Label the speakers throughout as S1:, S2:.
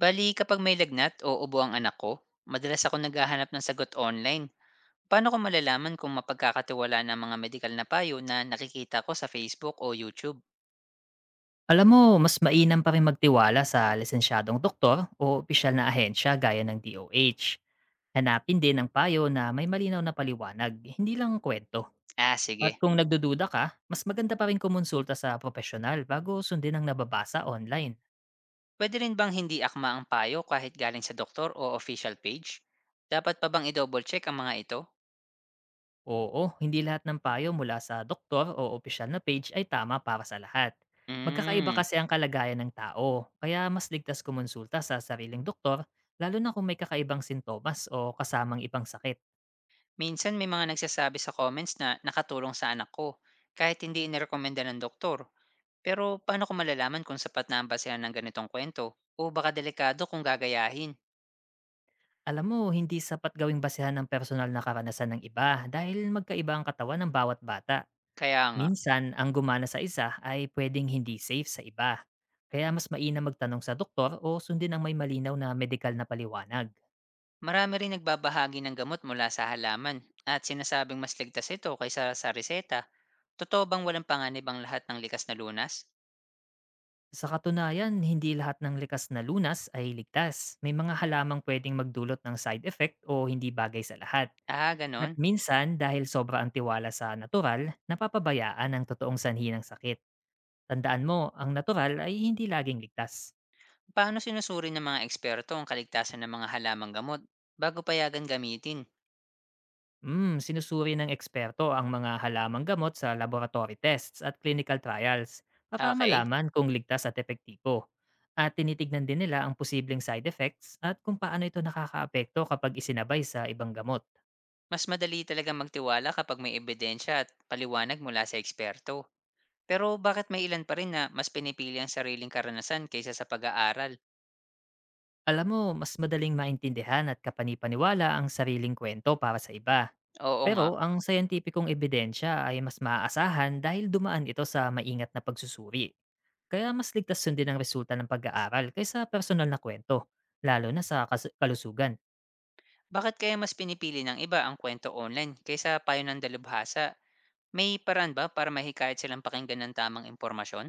S1: Bali, kapag may lagnat o ubo ang anak ko, madalas ako naghahanap ng sagot online. Paano ko malalaman kung mapagkakatiwala ng mga medikal na payo na nakikita ko sa Facebook o YouTube?
S2: Alam mo, mas mainam pa rin magtiwala sa lisensyadong doktor o opisyal na ahensya gaya ng DOH. Hanapin din ang payo na may malinaw na paliwanag, hindi lang kwento.
S1: Ah,
S2: At
S1: sige.
S2: kung nagdududa ka, mas maganda pa rin kumonsulta sa profesional bago sundin ang nababasa online.
S1: Pwede rin bang hindi akma ang payo kahit galing sa doktor o official page? Dapat pa bang i-double check ang mga ito?
S2: Oo, hindi lahat ng payo mula sa doktor o opisyal na page ay tama para sa lahat. Magkakaiba
S1: Mm.
S2: kasi ang kalagayan ng tao, kaya mas ligtas kumonsulta sa sariling doktor, lalo na kung may kakaibang sintomas o kasamang ibang sakit.
S1: Minsan may mga nagsasabi sa comments na nakatulong sa anak ko kahit hindi inirekomenda ng doktor. Pero paano ko malalaman kung sapat na ang basehan ng ganitong kwento? O baka delikado kung gagayahin?
S2: Alam mo, hindi sapat gawing basehan ng personal na karanasan ng iba dahil magkaiba ang katawan ng bawat bata.
S1: Kaya nga,
S2: Minsan, ang gumana sa isa ay pwedeng hindi safe sa iba. Kaya mas mainam magtanong sa doktor o sundin ang may malinaw na medikal na paliwanag.
S1: marami ring nagbabahagi ng gamot mula sa halaman at sinasabing mas ligtas ito kaysa sa reseta. Totoo bang walang panganib ang lahat ng likas na lunas?
S2: Sa katunayan, hindi lahat ng likas na lunas ay ligtas. May mga halamang pwedeng magdulot ng side effect o hindi bagay sa lahat.
S1: Ah,
S2: At
S1: ganon.
S2: minsan, dahil sobra ang tiwala sa natural, napapabayaan ang totoong sanhi ng sakit. Tandaan mo, ang natural ay hindi laging ligtas.
S1: Paano sinusuri ng mga eksperto ang kaligtasan ng mga halamang gamot bago payagan gamitin?
S2: Mm, sinusuri ng eksperto ang mga halamang gamot sa laboratory tests at clinical trials para
S1: Okay,
S2: malaman kung ligtas at epektibo. At tinitignan din nila ang posibleng side effects at kung paano ito nakakaapekto kapag isinabay sa ibang gamot.
S1: mas madali talaga magtiwala kapag may ebidensya at paliwanag mula sa eksperto. Pero bakit may ilan pa rin na mas pinipili ang sariling karanasan kaysa sa pag-aaral?
S2: Alam mo, mas madaling maintindihan at kapanipaniwala ang sariling kwento para sa iba.
S1: Oo
S2: Pero
S1: nga,
S2: ang scientificong ebidensya ay mas maaasahan dahil dumaan ito sa maingat na pagsusuri. Kaya mas ligtas sundin ang resulta ng pag-aaral kaysa personal na kwento, lalo na sa kalusugan.
S1: bakit kaya mas pinipili ng iba ang kwento online kaysa payo ng dalubhasa? May paraan ba para mahikayat silang pakinggan ng tamang impormasyon?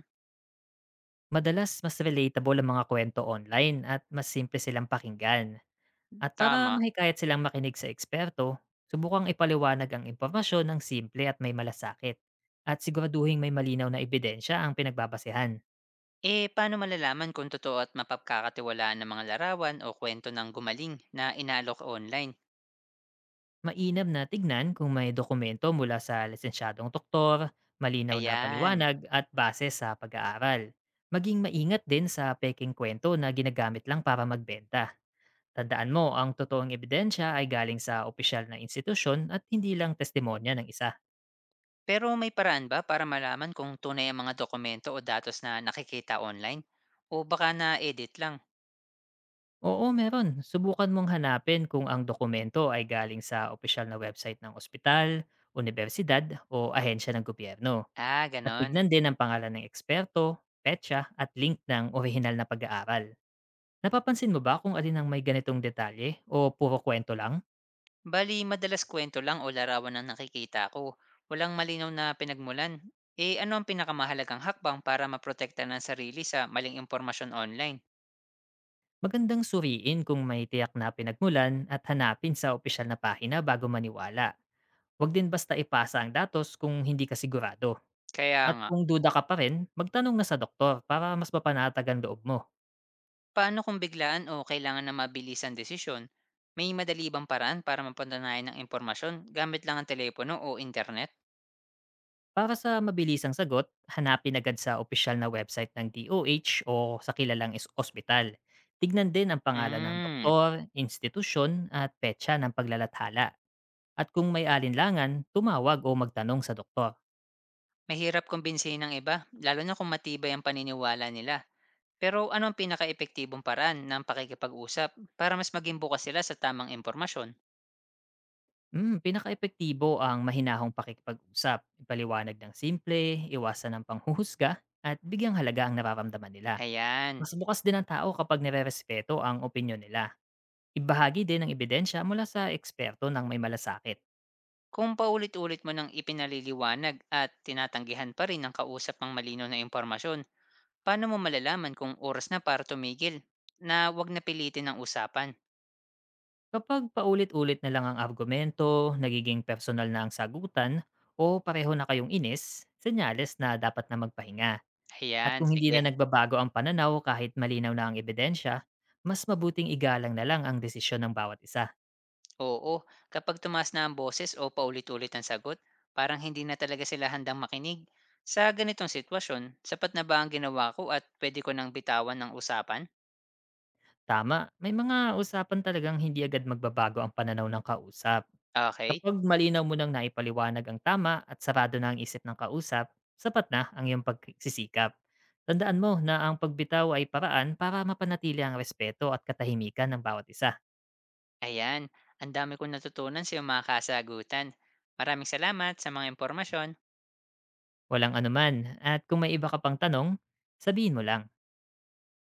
S2: Madalas mas relatable ang mga kwento online at mas simple silang pakinggan. At para
S1: Tama.
S2: mahikayat silang makinig sa eksperto, subukang ipaliwanag ang impormasyon ng simple at may malasakit. At siguraduhin may malinaw na ebidensya ang pinagbabasehan.
S1: Eh, paano malalaman kung totoo at mapagkakatiwalaan ng mga larawan o kwento ng gumaling na inaalok online?
S2: Mainam na tignan kung may dokumento mula sa lisensyadong doktor, malinaw na
S1: Ayan.
S2: paliwanag at base sa pag-aaral. Maging maingat din sa peking kwento na ginagamit lang para magbenta. Tandaan mo, ang totoong ebidensya ay galing sa opisyal na institusyon at hindi lang testimonya ng isa.
S1: Pero may paraan ba para malaman kung tunay ang mga dokumento o datos na nakikita online? O baka na-edit lang?
S2: Oo, meron. Subukan mong hanapin kung ang dokumento ay galing sa opisyal na website ng ospital, unibersidad o ahensya ng gobyerno.
S1: Ah,
S2: At
S1: ganon.
S2: tignan din ang pangalan ng eksperto, petsa at link ng orihinal na pag-aaral. Napapansin mo ba kung alin ang may ganitong detalye o puro kwento lang?
S1: Bali, madalas kwento lang o larawan ang nakikita ko. Walang malinaw na pinagmulan. Eh ano ang pinakamahalagang hakbang para maprotekta ng sarili sa maling impormasyon online?
S2: Magandang suriin kung may tiyak na pinagmulan at hanapin sa opisyal na pahina bago maniwala. Huwag din basta ipasa ang datos kung hindi ka sigurado.
S1: Kaya
S2: At
S1: nga,
S2: kung duda ka pa rin, magtanong na sa doktor para mas mapanatag ang loob mo.
S1: paano kung biglaan o kailangan na mabilisan desisyon? May madali bang paraan para mapatunayan ng impormasyon gamit lang ang telepono o internet?
S2: Para sa mabilisang sagot, hanapin agad sa opisyal na website ng DOH o H o sa kilalang ospital. Tignan din ang pangalan ng
S1: Hmm,
S2: doktor, institusyon at petsa ng paglalathala. At kung may alinlangan, tumawag o magtanong sa doktor.
S1: mahirap kumbinsihin ng iba, lalo na kung matibay ang paniniwala nila. Pero ano ang pinaka-epektibong paraan ng pakikipag-usap para mas maging bukas sila sa tamang impormasyon?
S2: Mm, pinaka-epektibo ang mahinahong pakikipag-usap, ipaliwanag ng simple, iwasan ng panghuhusga, at bigyang halaga ang nararamdaman nila.
S1: Ayan.
S2: Mas bukas din ang tao kapag nire ang opinyon nila. Ibahagi din ang ebidensya mula sa eksperto ng may malasakit.
S1: Kung paulit-ulit mo nang ipinaliliwanag at tinatanggihan pa rin ng kausap ng malino na impormasyon, paano mo malalaman kung oras na para tumigil? Na wag na pilitin ang usapan.
S2: Kapag paulit-ulit na lang ang argumento, nagiging personal na ang sagutan, o pareho na kayong inis, senyales na dapat na magpahinga. At
S1: Ayan,
S2: kung hindi na
S1: sige.
S2: nagbabago ang pananaw kahit malinaw na ang ebidensya, mas mabuting igalang na lang ang desisyon ng bawat isa.
S1: Oo, kapag tumaas na ang boses o paulit-ulit ang sagot, parang hindi na talaga sila handang makinig. Sa ganitong sitwasyon, sapat na ba ang ginawa ko at pwede ko nang bitawan ng usapan?
S2: Tama, may mga usapan talagang hindi agad magbabago ang pananaw ng kausap.
S1: Okay,
S2: Kapag malinaw mo nang naipaliwanag ang tama at sarado na ang isip ng kausap, sapat na ang iyong pagsisikap. Tandaan mo na ang pagbitaw ay paraan para mapanatili ang respeto at katahimikan ng bawat isa.
S1: ayan. Ang dami kong natutunan sa iyong mga kasagutan. Maraming salamat sa mga impormasyon.
S2: Walang anuman at kung may iba ka pang tanong, sabihin mo lang.